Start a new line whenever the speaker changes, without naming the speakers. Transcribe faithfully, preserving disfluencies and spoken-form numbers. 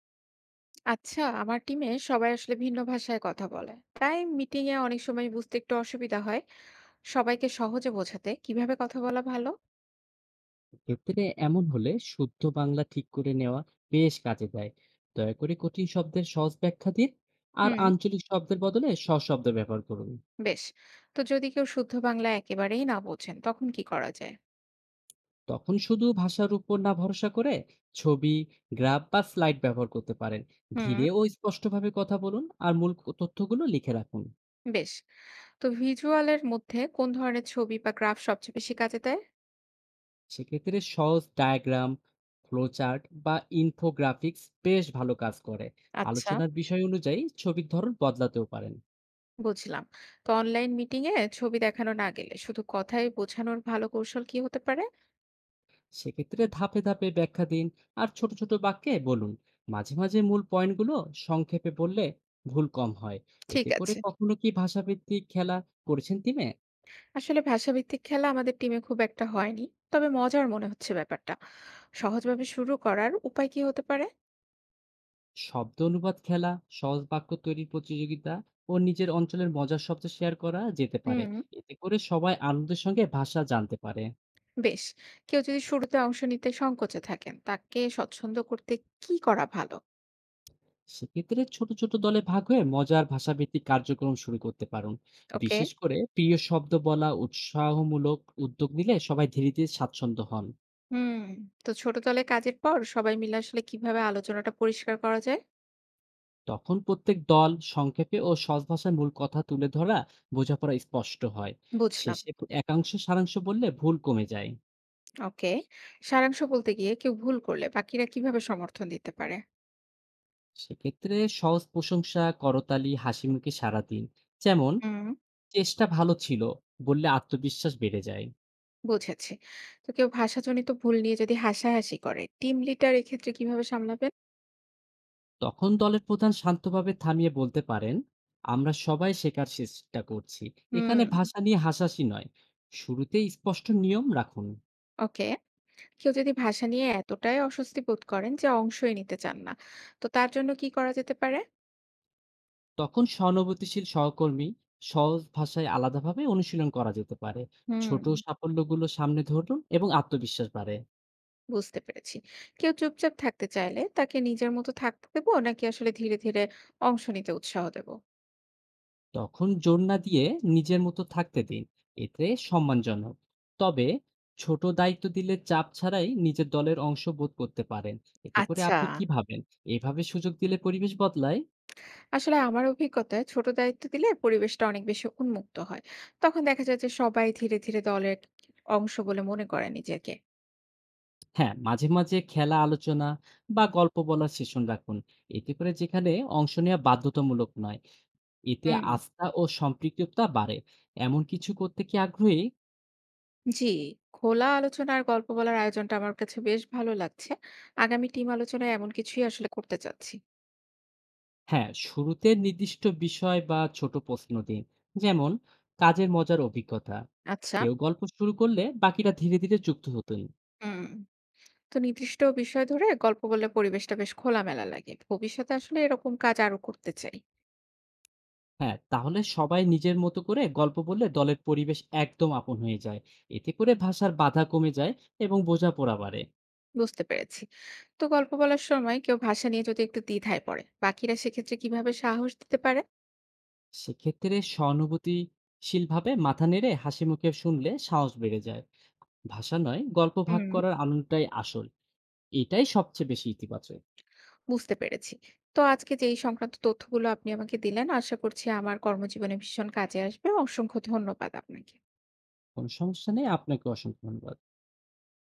আচ্ছা, আমার টিমে সবাই আসলে ভিন্ন ভাষায় কথা বলে, তাই মিটিং এ অনেক সময় বুঝতে একটু অসুবিধা হয়। সবাইকে সহজে বোঝাতে কিভাবে কথা বলা ভালো?
ক্ষেত্রে এমন হলে শুদ্ধ বাংলা ঠিক করে নেওয়া বেশ কাজে দেয়। দয়া করে কঠিন শব্দের সহজ ব্যাখ্যা দিন। আর
হুম।
আঞ্চলিক শব্দের বদলে সশব্দ ব্যবহার করুন।
বেশ। তো যদি কেউ শুদ্ধ বাংলা একেবারেই না বোঝেন, তখন কি করা যায়?
তখন শুধু ভাষার উপর না ভরসা করে ছবি, গ্রাফ বা স্লাইড ব্যবহার করতে পারেন।
হুম।
ধীরে ও স্পষ্টভাবে কথা বলুন আর মূল ক- তথ্যগুলো লিখে রাখুন।
বেশ। তো ভিজুয়ালের মধ্যে কোন ধরনের ছবি বা গ্রাফ সবচেয়ে বেশি কাজে দেয়?
সেক্ষেত্রে সহজ ডায়াগ্রাম, ফ্লোচার্ট বা ইনফোগ্রাফিক্স বেশ ভালো কাজ করে।
আচ্ছা।
আলোচনার বিষয় অনুযায়ী ছবির ধরন বদলাতেও পারেন।
বুঝলাম। তো অনলাইন মিটিং এ ছবি দেখানো না গেলে শুধু কথায় বোঝানোর ভালো কৌশল কি হতে পারে?
সেক্ষেত্রে ধাপে ধাপে ব্যাখ্যা দিন আর ছোট ছোট বাক্যে বলুন। মাঝে মাঝে মূল পয়েন্টগুলো সংক্ষেপে বললে ভুল কম হয়।
ঠিক
এতে করে
আছে।
কখনো কি ভাষাভিত্তিক খেলা করেছেন টিমে?
আসলে ভাষাভিত্তিক খেলা আমাদের টিমে খুব একটা হয়নি, তবে মজার মনে হচ্ছে ব্যাপারটা। সহজভাবে শুরু করার উপায় কি হতে পারে?
শব্দ অনুবাদ খেলা, সহজ বাক্য তৈরির প্রতিযোগিতা ও নিজের অঞ্চলের মজার শব্দ শেয়ার করা যেতে পারে।
হুম।
এতে করে সবাই আনন্দের সঙ্গে ভাষা জানতে পারে।
বেশ। কেউ যদি শুরুতে অংশ নিতে সংকোচে থাকেন, তাকে স্বচ্ছন্দ করতে কি করা ভালো?
সেক্ষেত্রে ছোট ছোট দলে ভাগ হয়ে মজার ভাষাভিত্তিক কার্যক্রম শুরু করতে পারুন।
ওকে।
বিশেষ করে প্রিয় শব্দ বলা উৎসাহমূলক উদ্যোগ নিলে সবাই ধীরে ধীরে স্বাচ্ছন্দ্য হন।
হুম। তো ছোট দলে কাজের পর সবাই মিলে আসলে কিভাবে আলোচনাটা পরিষ্কার করা যায়?
তখন প্রত্যেক দল সংক্ষেপে ও সহজ ভাষায় মূল কথা তুলে ধরা বোঝাপড়া স্পষ্ট হয়।
বুঝলাম।
শেষে একাংশ সারাংশ বললে ভুল কমে যায়।
ওকে। সারাংশ বলতে গিয়ে কেউ ভুল করলে বাকিরা কিভাবে সমর্থন দিতে পারে?
সেক্ষেত্রে সহজ প্রশংসা, করতালি, হাসি মুখে সারা দিন। যেমন,
হুম।
চেষ্টা ভালো ছিল বললে আত্মবিশ্বাস বেড়ে যায়।
বুঝেছি। তো কেউ ভাষাজনিত ভুল নিয়ে যদি হাসাহাসি করে, টিম লিডার এক্ষেত্রে কিভাবে সামলাবে?
তখন দলের প্রধান শান্তভাবে থামিয়ে বলতে পারেন, আমরা সবাই শেখার চেষ্টা করছি, এখানে
হুম।
ভাষা নিয়ে হাসাহাসি নয়। শুরুতেই স্পষ্ট নিয়ম রাখুন।
ওকে। কেউ যদি ভাষা নিয়ে এতটাই অস্বস্তি বোধ করেন যে অংশই নিতে চান না, তো তার জন্য কি করা যেতে পারে?
তখন সহানুভূতিশীল সহকর্মী সহজ ভাষায় আলাদাভাবে অনুশীলন করা যেতে পারে।
হুম।
ছোট সাফল্যগুলো সামনে ধরুন এবং আত্মবিশ্বাস বাড়ে।
বুঝতে পেরেছি। কেউ চুপচাপ থাকতে চাইলে তাকে নিজের মতো থাকতে দেব, নাকি আসলে ধীরে, ধীরে অংশ নিতে উৎসাহ দেব?
তখন জোর না দিয়ে নিজের মতো থাকতে দিন। এতে সম্মানজনক, তবে ছোট দায়িত্ব দিলে চাপ ছাড়াই নিজের দলের অংশ বোধ করতে পারেন। এতে করে
আচ্ছা।
আপনি কি ভাবেন? এভাবে সুযোগ দিলে পরিবেশ বদলায়।
আসলে আমার অভিজ্ঞতায় ছোট দায়িত্ব দিলে পরিবেশটা অনেক বেশি উন্মুক্ত হয়। তখন দেখা যায় যে সবাই ধীরে, ধীরে দলের অংশ বলে মনে করে নিজেকে।
হ্যাঁ, মাঝে মাঝে খেলা, আলোচনা বা গল্প বলার সেশন রাখুন, এতে করে যেখানে অংশ নেওয়া বাধ্যতামূলক নয়, এতে
হুম।
আস্থা ও সম্পৃক্ততা বাড়ে। এমন কিছু করতে কি আগ্রহী?
জি, খোলা আলোচনা আর গল্প বলার আয়োজনটা আমার কাছে বেশ ভালো লাগছে। আগামী টিম আলোচনায় এমন কিছুই আসলে করতে চাচ্ছি।
হ্যাঁ, শুরুতে নির্দিষ্ট বিষয় বা ছোট প্রশ্ন দিন। যেমন, কাজের মজার অভিজ্ঞতা।
আচ্ছা।
কেউ গল্প শুরু করলে বাকিরা ধীরে ধীরে যুক্ত হতেন।
হুম। তো নির্দিষ্ট বিষয় ধরে গল্প বললে পরিবেশটা বেশ খোলামেলা লাগে। ভবিষ্যতে আসলে এরকম কাজ আরো করতে চাই।
হ্যাঁ, তাহলে সবাই নিজের মতো করে গল্প বললে দলের পরিবেশ একদম আপন হয়ে যায়। এতে করে ভাষার বাধা কমে যায় এবং বোঝাপড়া বাড়ে।
বুঝতে পেরেছি। তো গল্প বলার সময় কেউ ভাষা নিয়ে যদি একটু দ্বিধায় পড়ে, বাকিরা সেক্ষেত্রে কিভাবে সাহস দিতে পারে?
সেক্ষেত্রে সহানুভূতিশীলভাবে মাথা নেড়ে হাসিমুখে শুনলে সাহস বেড়ে যায়। ভাষা নয়, গল্প ভাগ
হুম।
করার আনন্দটাই আসল। এটাই সবচেয়ে বেশি ইতিবাচক।
বুঝতে পেরেছি। তো আজকে যে এই সংক্রান্ত তথ্যগুলো আপনি আমাকে দিলেন, আশা করছি আমার কর্মজীবনে ভীষণ কাজে আসবে। অসংখ্য ধন্যবাদ আপনাকে।
কোনো সমস্যা নেই। আপনাকেও অসংখ্য ধন্যবাদ।